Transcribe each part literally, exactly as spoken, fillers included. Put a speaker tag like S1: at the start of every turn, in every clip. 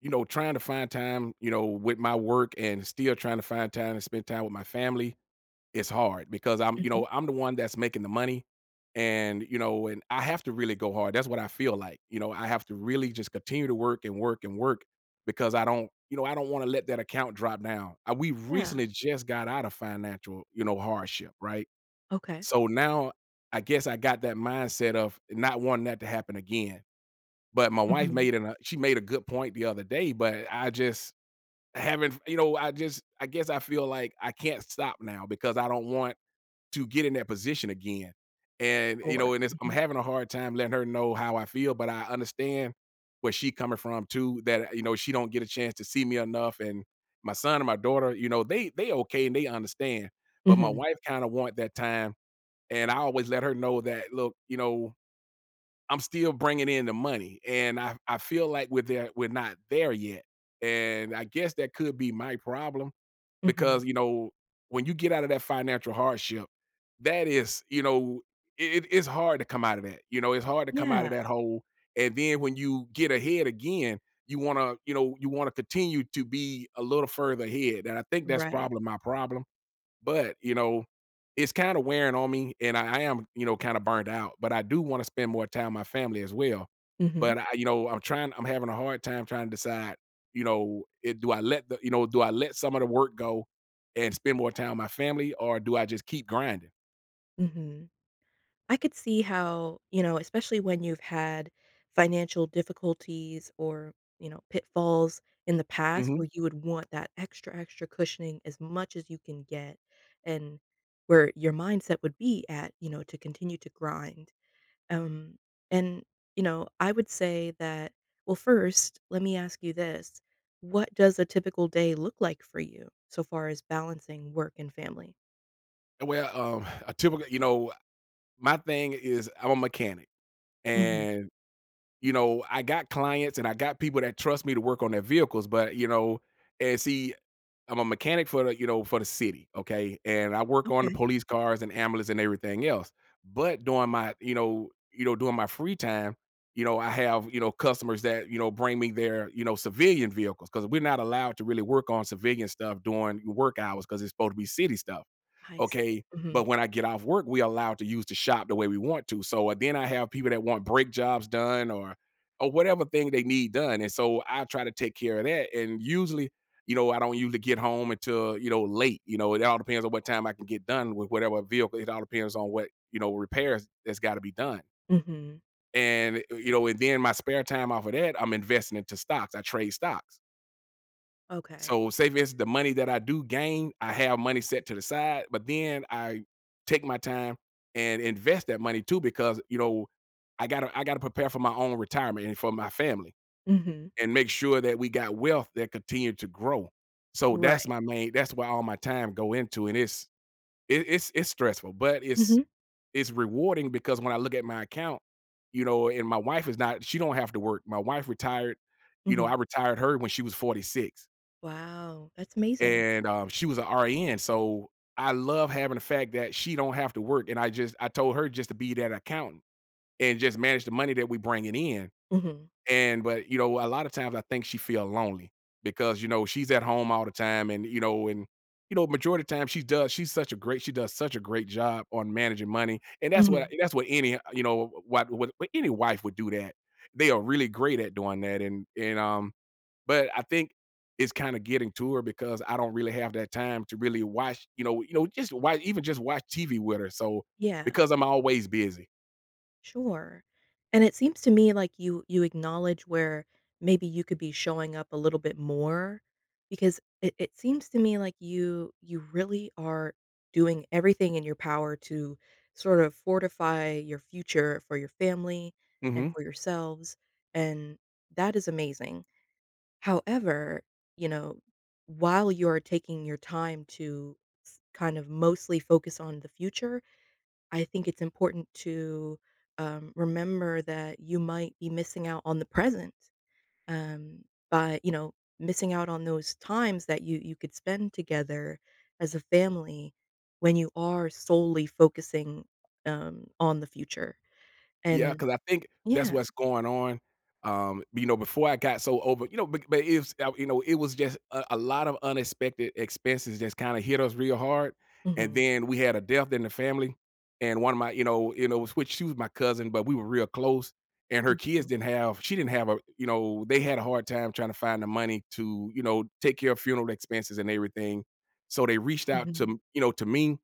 S1: you know, trying to find time, you know, with my work and still trying to find time to spend time with my family, it's hard because I'm, you
S2: Mhm.
S1: know, I'm the one that's making the money. And, you know, and I have to really go hard. That's what I feel like. You know, I have to really just continue to work and work and work because I don't, you know, I don't want to let that account drop down. I, we
S2: Yeah.
S1: recently just got out of financial, you know, hardship, right?
S2: Okay.
S1: So now I guess I got that mindset of not wanting that to happen again. But my wife
S2: Mhm.
S1: made an, uh she made a good point the other day, but I just haven't you know, I just I guess I feel like I can't stop now because I don't want to get in that position again. And, you
S2: Or
S1: know, and it's I'm
S2: Mhm.
S1: having a hard time letting her know how I feel, but I understand where she coming from too, that, you know, she don't get a chance to see me enough, and my son and my daughter, you know, they they okay and they understand, but my
S2: Mhm.
S1: wife kinda want that time, and I always let her know that, "Look, you know, I'm still bringing in the money, and I I feel like we're there we're not there yet, and I guess that could be my problem
S2: Mhm.
S1: because you know when you get out of that financial hardship, that is you know it, it's hard to come out of that. You know it's hard to come out
S2: Yeah.
S1: of that hole, and then when you get ahead again, you want to you know you want to continue to be a little further ahead, and I think that's
S2: Right.
S1: probably my problem but, you know, it's kinda wearing on me, and I I am, you know, kinda burned out, but I do wanna spend more time with my family as well.
S2: Mhm.
S1: But I you know, I'm trying I'm having a hard time trying to decide, you know, it do I let the you know, do I let some of the work go and spend more time with my family, or do I just keep grinding?
S2: Mhm. I could see how, you know, especially when you've had financial difficulties or, you know, pitfalls in the past where
S1: Mhm.
S2: you would want that extra, extra cushioning as much as you can get, and where your mindset would be at, you know, to continue to grind. Um, and, you know, I would say that well, first, let me ask you this. What does a typical day look like for you so far as balancing work and family?
S1: Well, um, a typical you know, my thing is I'm a mechanic,
S2: Mhm.
S1: and, you know, I got clients and I got people that trust me to work on their vehicles. But, you know and see I'm a mechanic for the, you know, for the city, okay? And I work on the
S2: Okay.
S1: police cars and ambulance and everything else. But during my, you know, you know, during my free time, you know, I have, you know, customers that, you know, bring me their, you know, civilian vehicles because we're not allowed to really work on civilian stuff during work hours because it's supposed to be city stuff.
S2: I see.
S1: Okay.
S2: Mhm.
S1: But when I get off work, we allowed to use the shop the way we want to. So uh, then I have people that want brake jobs done or or whatever thing they need done. And so I try to take care of that. And usually you know, I don't usually get home until, you know, late. You know, it all depends on what time I can get done with whatever vehicle. It all depends on what, you know, repairs that's got to be done.
S2: Mhm.
S1: And, uh, you know, and then my spare time off of that, I'm investing into stocks. I trade stocks.
S2: Okay.
S1: So say for instance, the money that I do gain, I have money set to the side, but then I take my time and invest that money too, because, you know, I gotta I gotta prepare for my own retirement and for my family
S2: Mhm.
S1: and make sure that we got wealth that continued to grow. So that's
S2: Right.
S1: my main that's why all my time go into, and it's it, it's it's stressful, but it's
S2: Mhm.
S1: it's rewarding because when I look at my account, you know, and my wife is not she don't have to work. My wife retired, you know,
S2: Mhm.
S1: I retired her when she was forty-six,
S2: Wow, that's amazing.
S1: and um, she was an R N. So I love having the fact that she don't have to work. And I just I told her just to be that accountant and just manage the money that we bringing in,
S2: Mhm.
S1: and but, you know, a lot of times I think she feel lonely, because, you know, she's at home all the time, and, you know, and you know, majority of the time she does she's such a great she does such a great job on managing money. And that's what
S2: Mhm.
S1: that's what any, you know, what what what any wife would do that. They are really great at doing that, and and um but I think it's kind of getting to her because I don't really have that time to really watch, you know, you know, just watch even just watch T V with her. So
S2: Yeah.
S1: because I'm always busy.
S2: Sure. And it seems to me like you you acknowledge where maybe you could be showing up a little bit more, because it, it seems to me like you you really are doing everything in your power to sort of fortify your future for your family and
S1: Mhm.
S2: for yourselves. And that is amazing. However, you know, while you are taking your time to s- kind of mostly focus on the future, I think it's important to, um, remember that you might be missing out on the present, um, by, you know, missing out on those times that you you could spend together as a family when you are solely focusing, um, on the future,
S1: Yeah,
S2: and
S1: cause I think that's
S2: Yeah.
S1: what's going on. Um, you know, before I got so over you know, but but it's uh, you know, it was just a a lot of unexpected expenses just kinda hit us real hard, and
S2: Mhm.
S1: then we had a death in the family, and one of my you know you know, which she was my cousin, but we were real close, and her kids
S2: Mhm.
S1: didn't have, she didn't have a you know, they had a hard time trying to find the money to, you know, take care of funeral expenses and everything. So they reached out to
S2: Mhm.
S1: m you know, to me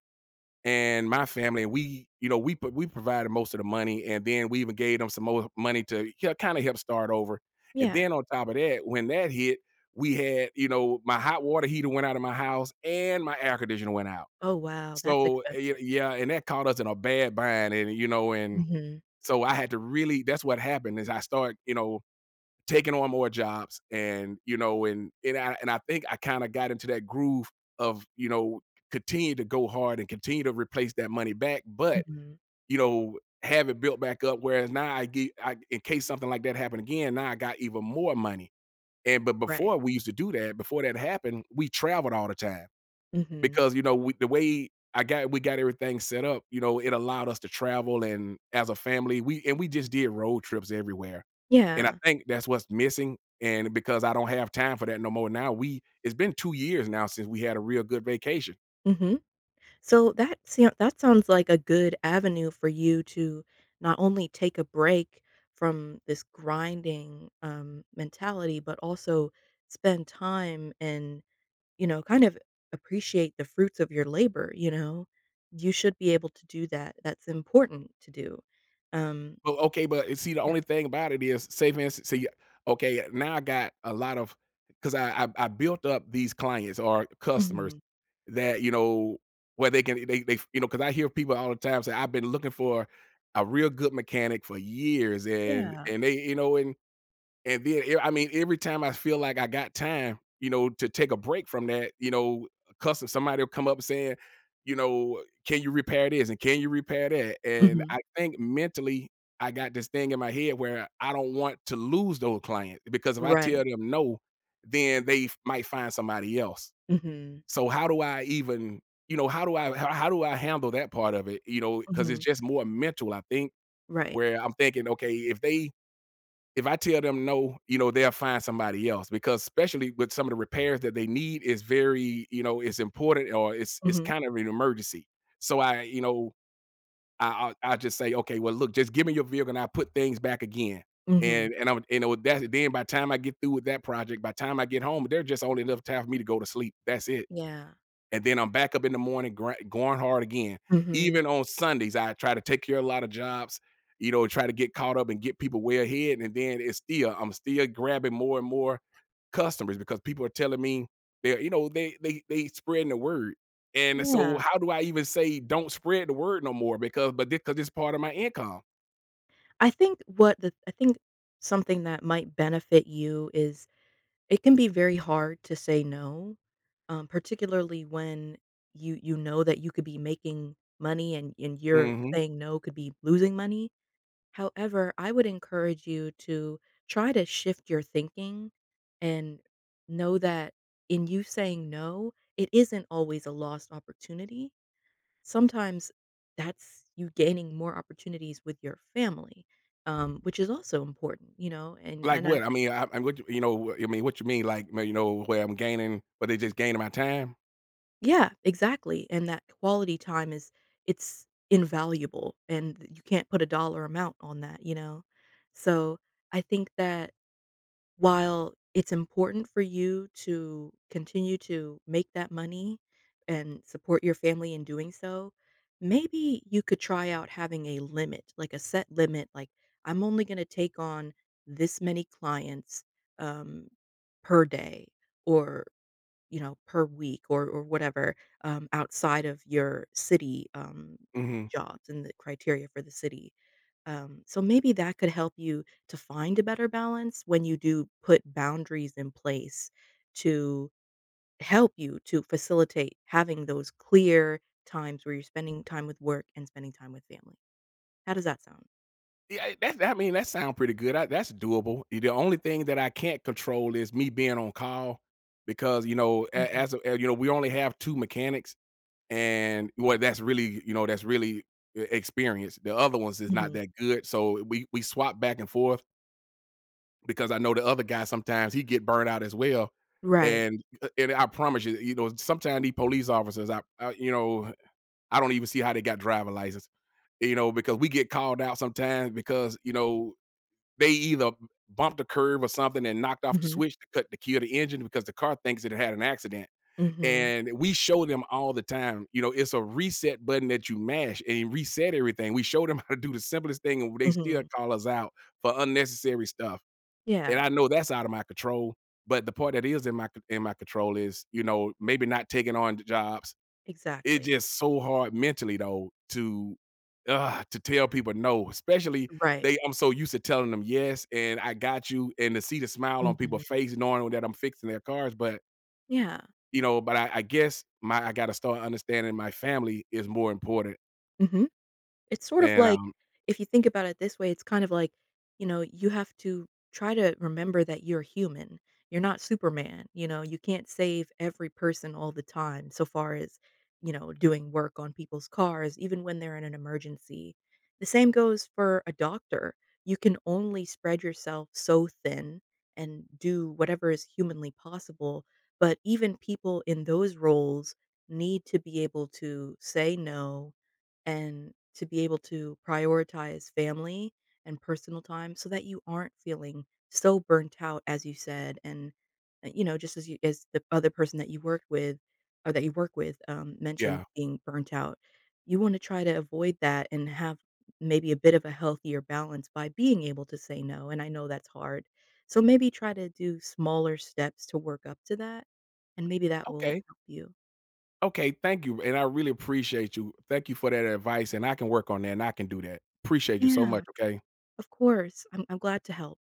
S1: and my family, and we you know we put we provided most of the money, and then we even gave them some more money to kind of help start over. And
S2: Yeah.
S1: then on top of that when that hit, we had you know my hot water heater went out of my house and my air conditioner went out.
S2: Oh, wow, that's
S1: So eh,
S2: expensive.
S1: y- yeah, and that caught us in a bad bind, and you know and
S2: Mhm.
S1: so I had to really that's what happened, is I started you know taking on more jobs, and you know and and I, and I think I kind of got into that groove of, you know continue to go hard and continue to replace that money back, but
S2: Mhm.
S1: you know have it built back up, whereas now I get I, in case something like that happened again, now I got even more money. And but
S2: Right.
S1: before we used to do that. Before that happened, we traveled all the time
S2: Mhm.
S1: because, you know, we the way I got we got everything set up, you know, it allowed us to travel, and as a family, we and we just did road trips everywhere. And I
S2: Yeah.
S1: think that's what's missing, and because I don't have time for that no more now, we it's been two years now since we had a real good vacation.
S2: Mhm. So that sou that sounds like a good avenue for you to not only take a break from this grinding, um, mentality, but also spend time and, you know, kind of appreciate the fruits of your labor, you know? You should be able to do that. That's important to do. Um,
S1: Well, okay, but eh, see, the
S2: yeah.
S1: only thing about it is, say for see, okay, now I got a lot of because I, I I built up these clients or customers
S2: Mhm.
S1: that you know where they can they they you know because I hear people all the time say, "I've been looking for a real good mechanic for years," and
S2: Yeah.
S1: and they you know and and then e I mean, every time I feel like I got time, you know, to take a break from that, you know, custom somebody will come up saying, you know, "Can you repair this, and can you repair that?" And
S2: Mhm.
S1: I think mentally, I got this thing in my head where I don't want to lose those clients, because if I tell
S2: Right.
S1: them no, then they f might find somebody else.
S2: Mhm.
S1: So how do I even, you know, how do I how how do I handle that part of it? You know, because it's
S2: Mhm.
S1: just more mental, I think,
S2: Right.
S1: where I'm thinking, "Okay, if they if I tell them no, you know, they'll find somebody else, because especially with some of the repairs that they need is very, you know, it's important, or it's it's
S2: Mhm.
S1: kind of an emergency. So I, you know, I I, I just say, okay, well, look, just give me your vehicle and I put things back again.
S2: Mhm.
S1: And and I'm you know that's, then, by the time I get through with that project, by the time I get home, there's just only enough time for me to go to sleep." That's it,
S2: Yeah.
S1: and then I'm back up in the morning gr- going hard again.
S2: Mhm.
S1: Even on Sundays, I try to take care of a lot of jobs, you know, try to get caught up and get people way ahead. And then it's still, I'm still grabbing more and more customers, because people are telling me, they're, you know, they they they spreading the word. And so
S2: Yeah.
S1: how do I even say don't spread the word no more? Because but because it's part of my income.
S2: I think what the I think something that might benefit you is it can be very hard to say no, um, particularly when you you know that you could be making money, and and you're
S1: hmm
S2: saying no could be losing money. However, I would encourage you to try to shift your thinking and know that in you saying no, it isn't always a lost opportunity. Sometimes that's you gaining more opportunities with your family, um, which is also important, you know, and
S1: Like
S2: and I
S1: what? I mean, I, I'm what you you know. I mean, what you mean? Like, you know, where I'm gaining, but they just gaining my time.
S2: Yeah, exactly, and that quality time is it's invaluable, and you can't put a dollar amount on that, you know? So, I think that while it's important for you to continue to make that money and support your family in doing so, maybe you could try out having a limit, like a set limit, like, "I'm only gonna take on this many clients, um, per day," or you know, per week or or whatever, um, outside of your city, um,
S1: hmm
S2: jobs and the criteria for the city. Um, so maybe that could help you to find a better balance when you do put boundaries in place to help you to facilitate having those clear times where you're spending time with work and spending time with family. How does that sound?
S1: Yeah, that that I mean, that sounds pretty good. I that's doable. The only thing that I can't control is me being on call because, you know, a-
S2: Mhm,
S1: as a you know, we only have two mechanics, and well, that's really, you know, that's really e experienced. The other ones is not
S2: mhm.
S1: that good, so we we swap back and forth because I know the other guy sometimes he get burned out as well.
S2: Right.
S1: And uh, and I promise you, you know, sometimes these police officers, I, I you know, I don't even see how they got driver license. You know, because we get called out sometimes because you know they either bumped a curve or something and knocked off the
S2: Mhm,
S1: switch to cut to kill the engine because the car thinks that it had an accident.
S2: mhm,
S1: And we show them all the time, you know, it's a reset button that you mash and reset everything. We show them how to do the simplest thing, and they still
S2: mhm.
S1: call us out for unnecessary stuff. And
S2: Yeah,
S1: I know that's out of my control, but the part that is in my in my control is, you know, maybe not taking on jobs. It's
S2: exactly.
S1: just so hard mentally though to, uh, to tell people no, especially
S2: Right.
S1: they I'm so used to telling them yes, and I got you, and to see the smile on
S2: Mhm.
S1: people's face knowing that I'm fixing their cars, but,
S2: Yeah.
S1: you know, but I I guess my I gotta start understanding my family is more important,
S2: Mhm. It's sort of
S1: and,
S2: like
S1: um,
S2: if you think about it this way, it's kind of like, you know, you have to try to remember that you're human. You're not Superman, you know, you can't save every person all the time so far as, you know, doing work on people's cars, even when they're in an emergency. The same goes for a doctor. You can only spread yourself so thin and do whatever is humanly possible, but even people in those roles need to be able to say no and to be able to prioritize family and personal time so that you aren't feeling so burnt out as you said, and uh, you know, just as you as the other person that you worked with or that you work with, um, mentioned
S1: yeah.
S2: being burnt out, you want to try to avoid that and have maybe a bit of a healthier balance by being able to say no, and I know that's hard, so maybe try to do smaller steps to work up to that, and maybe that will
S1: Okay,
S2: help you.
S1: okay, thank you, and I really appreciate you. Thank you for that advice, and I can work on that, and I can do that. Appreciate you so
S2: Yeah,
S1: much, okay?
S2: of course. i'm, I'm glad to help.